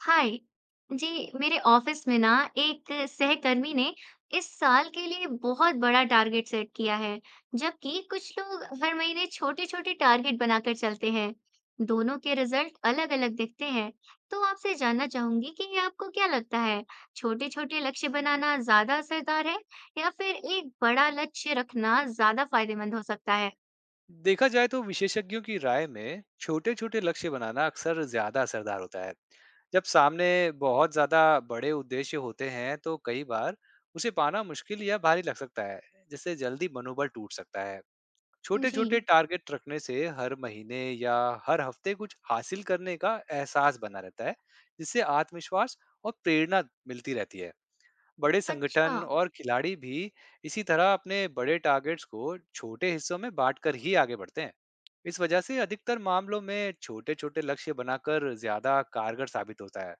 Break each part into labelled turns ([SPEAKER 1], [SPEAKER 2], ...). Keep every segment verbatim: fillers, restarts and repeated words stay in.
[SPEAKER 1] हाय जी। मेरे ऑफिस में ना एक सहकर्मी ने इस साल के लिए बहुत बड़ा टारगेट सेट किया है। जबकि कुछ लोग हर महीने छोटे छोटे टारगेट बनाकर चलते हैं। दोनों के रिजल्ट अलग अलग दिखते हैं। तो आपसे जानना चाहूंगी कि आपको क्या लगता है, छोटे छोटे लक्ष्य बनाना ज्यादा असरदार है या फिर एक बड़ा लक्ष्य रखना ज्यादा फायदेमंद हो सकता है।
[SPEAKER 2] देखा जाए तो विशेषज्ञों की राय में छोटे छोटे लक्ष्य बनाना अक्सर ज्यादा असरदार होता है। जब सामने बहुत ज्यादा बड़े उद्देश्य होते हैं तो कई बार उसे पाना मुश्किल या भारी लग सकता है, जिससे जल्दी मनोबल टूट सकता है। छोटे छोटे
[SPEAKER 1] जी।
[SPEAKER 2] टारगेट रखने से हर महीने या हर हफ्ते कुछ हासिल करने का एहसास बना रहता है, जिससे आत्मविश्वास और प्रेरणा मिलती रहती है। बड़े
[SPEAKER 1] अच्छा।
[SPEAKER 2] संगठन और खिलाड़ी भी इसी तरह अपने बड़े टारगेट्स को छोटे हिस्सों में बांटकर ही आगे बढ़ते हैं। इस वजह से अधिकतर मामलों में छोटे छोटे लक्ष्य बनाकर ज्यादा कारगर साबित होता है।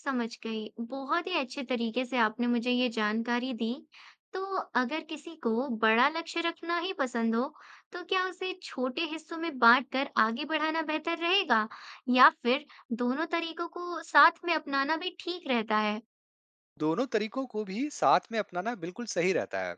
[SPEAKER 1] समझ गई। बहुत ही अच्छे तरीके से आपने मुझे ये जानकारी दी। तो अगर किसी को बड़ा लक्ष्य रखना ही पसंद हो, तो क्या उसे छोटे हिस्सों में बाँटकर आगे बढ़ाना बेहतर रहेगा या फिर दोनों तरीकों को साथ में अपनाना भी ठीक रहता है?
[SPEAKER 2] दोनों तरीकों को भी साथ में अपनाना बिल्कुल सही रहता है।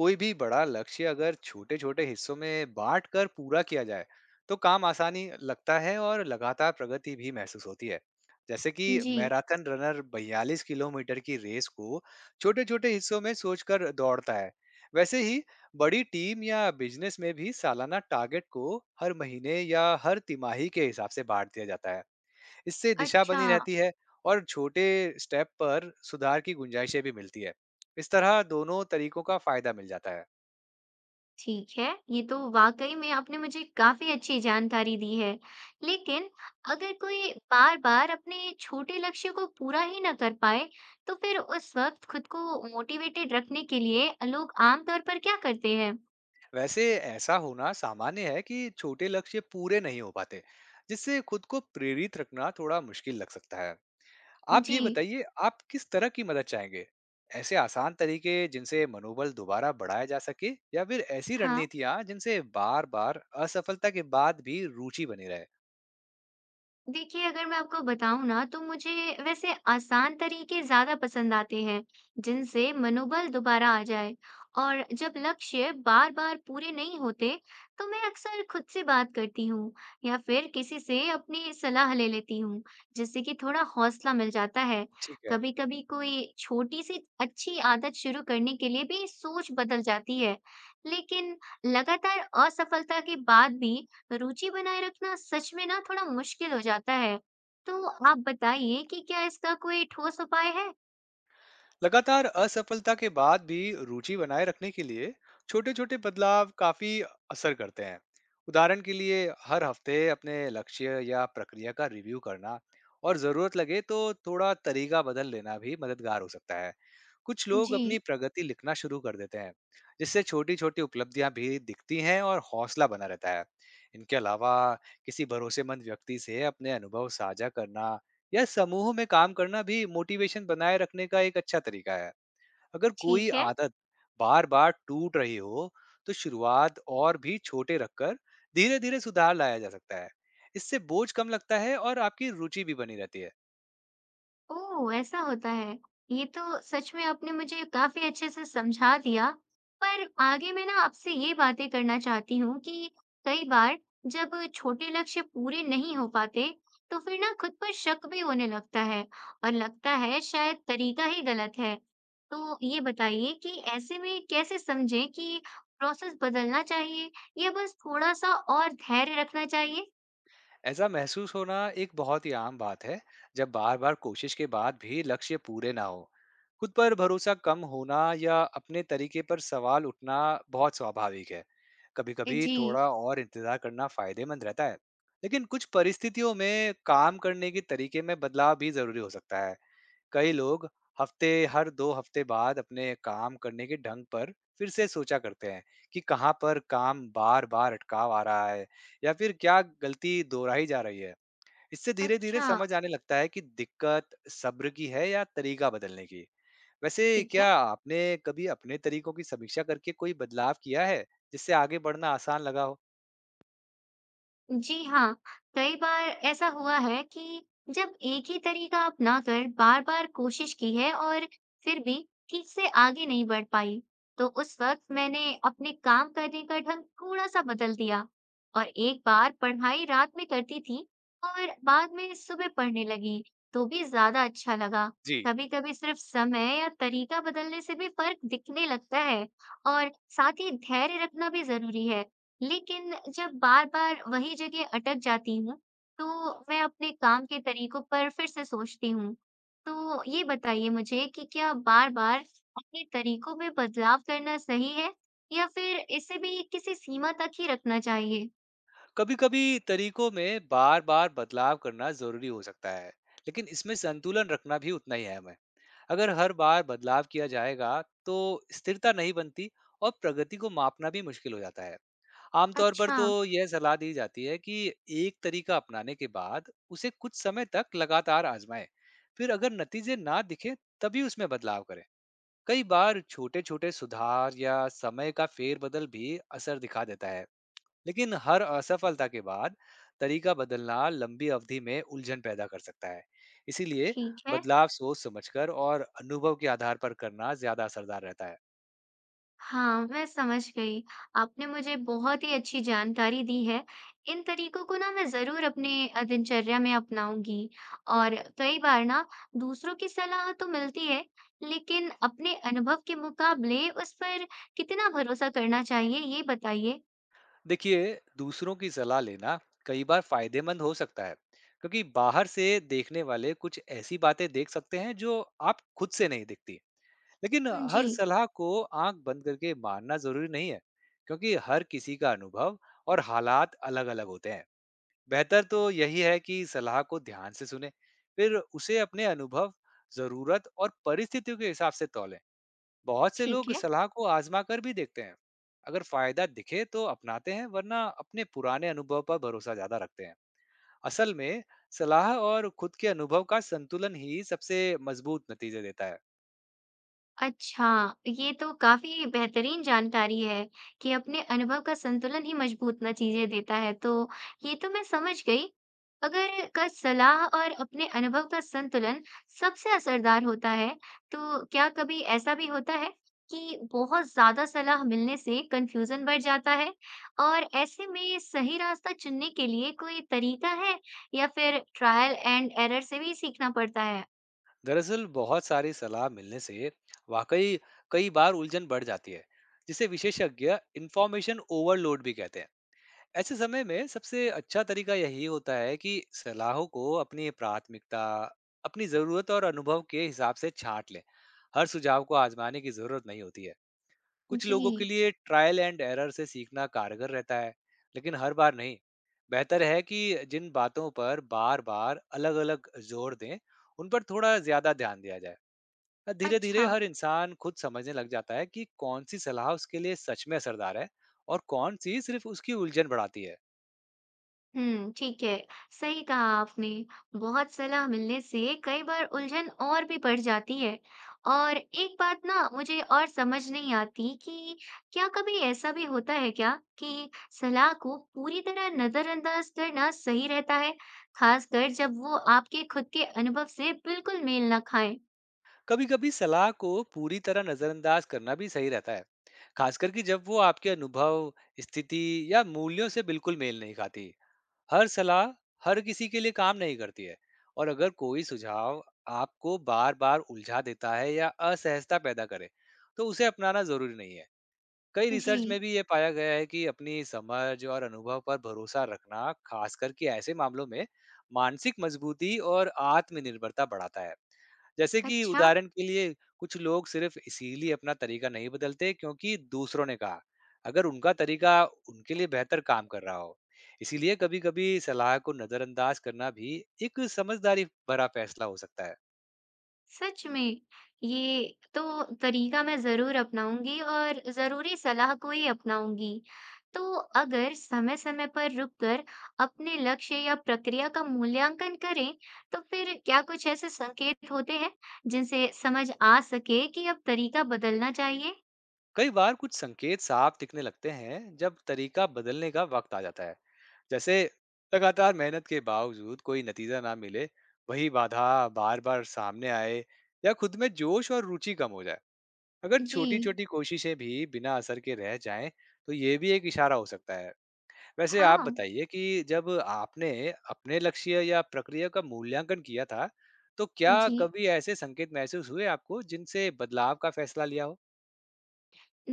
[SPEAKER 2] कोई भी बड़ा लक्ष्य अगर छोटे-छोटे हिस्सों में बाँटकर पूरा किया जाए, तो काम आसानी लगता है और लगातार प्रगति भी महसूस होती है। जैसे कि
[SPEAKER 1] जी।
[SPEAKER 2] मैराथन रनर बयालीस किलोमीटर की रेस को छोटे-छोटे हिस्सों में सोचकर दौड़ता है। वैसे ही बड़ी टीम या बिज़नेस में भी सालाना टारगेट को हर महीने या हर तिमाही के हिसाब से बाँट दिया जाता है। इससे दिशा
[SPEAKER 1] अच्छा।
[SPEAKER 2] बनी रहती है और छोटे स्टेप पर सुधार की गुंजाइशें भी मिलती है। इस तरह दोनों तरीकों का फायदा मिल जाता है।
[SPEAKER 1] ठीक है, ये तो वाकई में आपने मुझे काफ़ी अच्छी जानकारी दी है। लेकिन अगर कोई बार-बार अपने छोटे लक्ष्य को पूरा ही ना कर पाए, तो फिर उस वक़्त खुद को मोटिवेटेड रखने के लिए लोग आम तौर पर क्या करते हैं?
[SPEAKER 2] वैसे ऐसा होना सामान्य है कि छोटे लक्ष्य पूरे नहीं हो पाते, जिससे खुद को प्रेरित रखना थोड़ा मुश्किल लग सकता है। आप
[SPEAKER 1] जी।
[SPEAKER 2] ये बताइए, आप किस तरह की मदद चाहेंगे? ऐसे आसान तरीके जिनसे मनोबल दोबारा बढ़ाया जा सके, या फिर ऐसी
[SPEAKER 1] हाँ।
[SPEAKER 2] रणनीतियां जिनसे बार बार असफलता के बाद भी रुचि बनी रहे?
[SPEAKER 1] देखिए, अगर मैं आपको बताऊँ ना, तो मुझे वैसे आसान तरीके ज़्यादा पसंद आते हैं, जिनसे मनोबल दोबारा आ जाए। और जब लक्ष्य बार-बार पूरे नहीं होते, तो मैं अक्सर खुद से बात करती हूँ या फिर किसी से अपनी सलाह ले लेती हूँ, जिससे कि थोड़ा हौसला मिल जाता है।
[SPEAKER 2] ठीक है।
[SPEAKER 1] कभी-कभी कोई छोटी-सी अच्छी आदत शुरू करने के लिए भी सोच बदल जाती है, लेकिन लगातार असफलता के बाद भी रुचि बनाए रखना सच में ना थोड़ा मुश्किल हो जाता है। तो आप बताइए कि क्या इसका कोई ठोस उपाय है?
[SPEAKER 2] लगातार असफलता के बाद भी रुचि बनाए रखने के लिए छोटे छोटे बदलाव काफी असर करते हैं। उदाहरण के लिए, हर हफ्ते अपने लक्ष्य या प्रक्रिया का रिव्यू करना और जरूरत लगे तो थोड़ा तरीका बदल लेना भी मददगार हो सकता है। कुछ लोग अपनी
[SPEAKER 1] जी।
[SPEAKER 2] प्रगति लिखना शुरू कर देते हैं, जिससे छोटी छोटी उपलब्धियां भी दिखती हैं और हौसला बना रहता है। इनके अलावा, किसी भरोसेमंद व्यक्ति से अपने अनुभव साझा करना, यह समूह में काम करना भी मोटिवेशन बनाए रखने का एक अच्छा तरीका है। अगर कोई
[SPEAKER 1] ठीक है।
[SPEAKER 2] आदत बार बार टूट रही हो तो शुरुआत और भी छोटे रखकर धीरे धीरे सुधार लाया जा सकता है। इससे बोझ कम लगता है और आपकी रुचि भी बनी रहती है।
[SPEAKER 1] ओह! ऐसा होता है। ये तो सच में आपने मुझे काफ़ी अच्छे से समझा दिया। पर आगे मैं ना आपसे ये बातें करना चाहती हूँ कि कई बार जब छोटे लक्ष्य पूरे नहीं हो पाते, तो फिर ना खुद पर शक भी होने लगता है और लगता है शायद तरीका ही गलत है। तो ये बताइए कि ऐसे में कैसे समझें कि प्रोसेस बदलना चाहिए या बस थोड़ा-सा और धैर्य रखना चाहिए?
[SPEAKER 2] ऐसा महसूस होना एक बहुत ही आम बात है। जब बार बार कोशिश के बाद भी लक्ष्य पूरे ना हो, खुद पर भरोसा कम होना या अपने तरीके पर सवाल उठना बहुत स्वाभाविक है। कभी कभी
[SPEAKER 1] जी।
[SPEAKER 2] थोड़ा और इंतजार करना फायदेमंद रहता है, लेकिन कुछ परिस्थितियों में काम करने के तरीके में बदलाव भी जरूरी हो सकता है। कई लोग हफ्ते हर दो हफ्ते बाद अपने काम करने के ढंग पर फिर से सोचा करते हैं कि कहाँ पर काम बार बार अटकाव आ रहा है, या फिर क्या गलती दोहराई जा रही है। इससे धीरे धीरे
[SPEAKER 1] अच्छा।
[SPEAKER 2] समझ आने लगता है कि दिक्कत सब्र की है या तरीका बदलने की। वैसे
[SPEAKER 1] ठीक है।
[SPEAKER 2] क्या आपने कभी अपने तरीकों की समीक्षा करके कोई बदलाव किया है जिससे आगे बढ़ना आसान लगा हो?
[SPEAKER 1] जी हाँ। कई बार ऐसा हुआ है कि जब एक ही तरीका अपनाकर बार बार कोशिश की है और फिर भी ठीक से आगे नहीं बढ़ पाई, तो उस वक्त मैंने अपने काम करने का ढंग थोड़ा सा बदल दिया। और एक बार पढ़ाई रात में करती थी और बाद में सुबह पढ़ने लगी, तो भी ज्यादा अच्छा लगा।
[SPEAKER 2] जी।
[SPEAKER 1] कभी कभी सिर्फ समय या तरीका बदलने से भी फर्क दिखने लगता है। और साथ ही धैर्य रखना भी जरूरी है। लेकिन जब बार-बार वही जगह अटक जाती हूँ, तो मैं अपने काम के तरीकों पर फिर से सोचती हूँ। तो ये बताइए मुझे कि क्या बार-बार अपने तरीकों में बदलाव करना सही है या फिर इसे भी किसी सीमा तक ही रखना चाहिए?
[SPEAKER 2] कभी कभी तरीकों में बार बार बदलाव करना जरूरी हो सकता है, लेकिन इसमें संतुलन रखना भी उतना ही अहम है। अगर हर बार बदलाव किया जाएगा तो स्थिरता नहीं बनती और प्रगति को मापना भी मुश्किल हो जाता है। आमतौर पर
[SPEAKER 1] अच्छा।
[SPEAKER 2] तो यह सलाह दी जाती है कि एक तरीका अपनाने के बाद उसे कुछ समय तक लगातार आजमाएं, फिर अगर नतीजे ना दिखे तभी उसमें बदलाव करें। कई बार छोटे छोटे सुधार या समय का फेरबदल भी असर दिखा देता है, लेकिन हर असफलता के बाद तरीका बदलना लंबी अवधि में उलझन पैदा कर सकता है। इसीलिए
[SPEAKER 1] ठीक है।
[SPEAKER 2] बदलाव सोच समझकर और अनुभव के आधार पर करना ज्यादा असरदार रहता है।
[SPEAKER 1] हाँ, मैं समझ गई। आपने मुझे बहुत ही अच्छी जानकारी दी है। इन तरीकों को ना मैं ज़रूर अपने अ, दिनचर्या में अपनाऊँगी। और कई बार ना दूसरों की सलाह तो मिलती है, लेकिन अपने अनुभव के मुकाबले उस पर कितना भरोसा करना चाहिए, ये बताइए।
[SPEAKER 2] देखिए, दूसरों की सलाह लेना कई बार फायदेमंद हो सकता है, क्योंकि बाहर से देखने वाले कुछ ऐसी बातें देख सकते हैं जो आप खुद से नहीं दिखती। लेकिन हर
[SPEAKER 1] जी।
[SPEAKER 2] सलाह को आंख बंद करके मानना जरूरी नहीं है, क्योंकि हर किसी का अनुभव और हालात अलग-अलग होते हैं। बेहतर तो यही है कि सलाह को ध्यान से सुने, फिर उसे अपने अनुभव, जरूरत और परिस्थितियों के हिसाब से तौलें। बहुत से
[SPEAKER 1] ठीक
[SPEAKER 2] लोग
[SPEAKER 1] है।
[SPEAKER 2] सलाह को आजमा कर भी देखते हैं, अगर फायदा दिखे तो अपनाते हैं, वरना अपने पुराने अनुभव पर भरोसा ज्यादा रखते हैं। असल में, सलाह और खुद के अनुभव का संतुलन ही सबसे मजबूत नतीजे देता है।
[SPEAKER 1] अच्छा, ये तो काफ़ी बेहतरीन जानकारी है कि अपने अनुभव का संतुलन ही मजबूत नतीजे देता है, तो ये तो मैं समझ गई। अगर का सलाह और अपने अनुभव का संतुलन सबसे असरदार होता है, तो क्या कभी ऐसा भी होता है कि बहुत ज़्यादा सलाह मिलने से कन्फ्यूज़न बढ़ जाता है? और ऐसे में सही रास्ता चुनने के लिए कोई तरीका है या फिर ट्रायल एंड एरर से भी सीखना पड़ता है?
[SPEAKER 2] दरअसल बहुत सारी सलाह मिलने से वाकई कई बार उलझन बढ़ जाती है, जिसे विशेषज्ञ इंफॉर्मेशन ओवरलोड भी कहते हैं। ऐसे समय में सबसे अच्छा तरीका यही होता है कि सलाहों को अपनी प्राथमिकता, अपनी ज़रूरत और अनुभव के हिसाब से छांट लें। हर सुझाव को आजमाने की ज़रूरत नहीं होती है। कुछ
[SPEAKER 1] जी।
[SPEAKER 2] लोगों के लिए ट्रायल एंड एरर से सीखना कारगर रहता है, लेकिन हर बार नहीं। बेहतर है कि जिन बातों पर बार-बार अलग-अलग जोर दें, उन पर थोड़ा ज़्यादा ध्यान दिया जाए। धीरे-धीरे
[SPEAKER 1] अच्छा।
[SPEAKER 2] हर इंसान खुद समझने लग जाता है कि कौन सी सलाह उसके लिए सच में असरदार है और कौन सी सिर्फ उसकी उलझन बढ़ाती है।
[SPEAKER 1] हुँ, ठीक है। सही कहा आपने। बहुत सलाह मिलने से कई बार उलझन और भी बढ़ जाती है। और एक बात ना मुझे और समझ नहीं आती कि क्या कभी ऐसा भी होता है क्या कि सलाह को पूरी तरह नज़रअंदाज करना सही रहता है, ख़ासकर जब वो आपके खुद के अनुभव से बिल्कुल मेल ना खाएँ?
[SPEAKER 2] कभी कभी सलाह को पूरी तरह नजरअंदाज करना भी सही रहता है, खासकर कि जब वो आपके अनुभव, स्थिति या मूल्यों से बिल्कुल मेल नहीं खाती। हर सलाह हर किसी के लिए काम नहीं करती है, और अगर कोई सुझाव आपको बार बार उलझा देता है या असहजता पैदा करे तो उसे अपनाना जरूरी नहीं है। कई रिसर्च में
[SPEAKER 1] जी।
[SPEAKER 2] भी ये पाया गया है कि अपनी समझ और अनुभव पर भरोसा रखना, खास करके ऐसे मामलों में, मानसिक मजबूती और आत्मनिर्भरता बढ़ाता है। जैसे कि
[SPEAKER 1] अच्छा।
[SPEAKER 2] उदाहरण के लिए, कुछ लोग सिर्फ इसीलिए अपना तरीका नहीं बदलते क्योंकि दूसरों ने कहा, अगर उनका तरीका उनके लिए बेहतर काम कर रहा हो। इसीलिए कभी कभी सलाह को नजरअंदाज करना भी एक समझदारी भरा फैसला हो सकता है।
[SPEAKER 1] सच में! ये तो तरीका मैं ज़रूर अपनाऊँगी और ज़रूरी सलाह को ही अपनाऊँगी। तो अगर समय-समय पर रुककर अपने लक्ष्य या प्रक्रिया का मूल्यांकन करें, तो फिर क्या कुछ ऐसे संकेत होते हैं जिनसे समझ आ सके कि अब तरीका बदलना चाहिए?
[SPEAKER 2] कई बार कुछ संकेत साफ दिखने लगते हैं जब तरीका बदलने का वक्त आ जाता है। जैसे, लगातार मेहनत के बावजूद कोई नतीजा ना मिले, वही बाधा बार बार सामने आए, या खुद में जोश और रुचि कम हो जाए। अगर छोटी
[SPEAKER 1] जी।
[SPEAKER 2] छोटी कोशिशें भी बिना असर के रह जाएं तो ये भी एक इशारा हो सकता है। वैसे आप
[SPEAKER 1] हाँ।
[SPEAKER 2] बताइए कि जब आपने अपने लक्ष्य या प्रक्रिया का मूल्यांकन किया था, तो क्या
[SPEAKER 1] जी।
[SPEAKER 2] कभी ऐसे संकेत महसूस हुए आपको जिनसे बदलाव का फैसला लिया हो?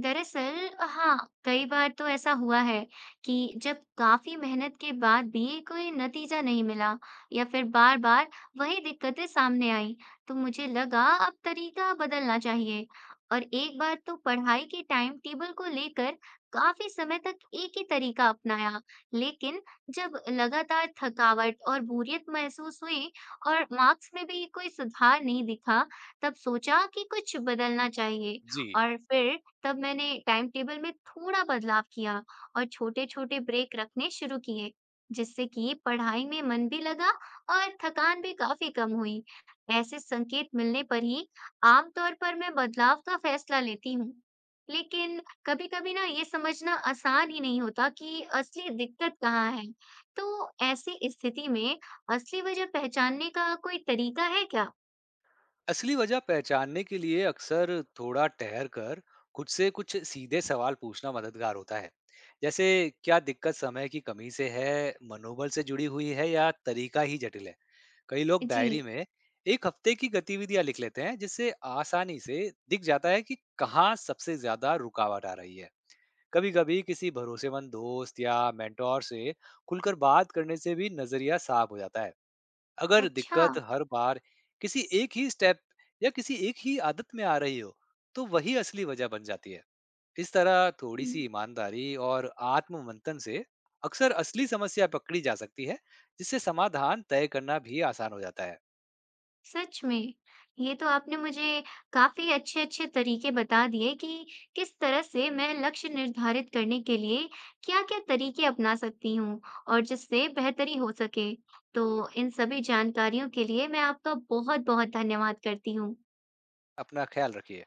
[SPEAKER 1] दरअसल हाँ, कई बार तो ऐसा हुआ है कि जब काफी मेहनत के बाद भी कोई नतीजा नहीं मिला या फिर बार बार वही दिक्कतें सामने आई, तो मुझे लगा अब तरीका बदलना चाहिए। और एक बार तो पढ़ाई के टाइम टेबल को लेकर काफी समय तक एक ही तरीका अपनाया, लेकिन जब लगातार थकावट और बोरियत महसूस हुई और मार्क्स में भी कोई सुधार नहीं दिखा, तब सोचा कि कुछ बदलना चाहिए।
[SPEAKER 2] जी।
[SPEAKER 1] और फिर तब मैंने टाइम टेबल में थोड़ा बदलाव किया और छोटे-छोटे ब्रेक रखने शुरू किए, जिससे कि पढ़ाई में मन भी लगा और थकान भी काफी कम हुई। ऐसे संकेत मिलने पर ही आमतौर पर मैं बदलाव का फैसला लेती हूँ। लेकिन कभी-कभी ना ये समझना आसान ही नहीं होता कि असली दिक्कत कहाँ है। तो ऐसी स्थिति में असली वजह पहचानने का कोई तरीका है क्या?
[SPEAKER 2] असली वजह पहचानने के लिए अक्सर थोड़ा ठहर कर खुद से कुछ सीधे सवाल पूछना मददगार होता है। जैसे, क्या दिक्कत समय की कमी से है, मनोबल से जुड़ी हुई है, या तरीका ही जटिल है? कई लोग
[SPEAKER 1] जी।
[SPEAKER 2] डायरी में एक हफ्ते की गतिविधियां लिख लेते हैं, जिससे आसानी से दिख जाता है कि कहाँ सबसे ज्यादा रुकावट आ रही है। कभी कभी किसी भरोसेमंद दोस्त या मेंटोर से खुलकर बात करने से भी नजरिया साफ हो जाता है। अगर
[SPEAKER 1] अच्छा।
[SPEAKER 2] दिक्कत हर बार किसी एक ही स्टेप या किसी एक ही आदत में आ रही हो तो वही असली वजह बन जाती है। इस तरह थोड़ी
[SPEAKER 1] हुँ।
[SPEAKER 2] सी ईमानदारी और आत्ममंथन से अक्सर असली समस्या पकड़ी जा सकती है, जिससे समाधान तय करना भी आसान हो जाता है।
[SPEAKER 1] सच में, ये तो आपने मुझे काफी अच्छे अच्छे तरीके बता दिए कि किस तरह से मैं लक्ष्य निर्धारित करने के लिए क्या क्या तरीके अपना सकती हूँ और जिससे बेहतरी हो सके। तो इन सभी जानकारियों के लिए मैं आपका बहुत बहुत धन्यवाद करती हूँ।
[SPEAKER 2] अपना ख्याल रखिए।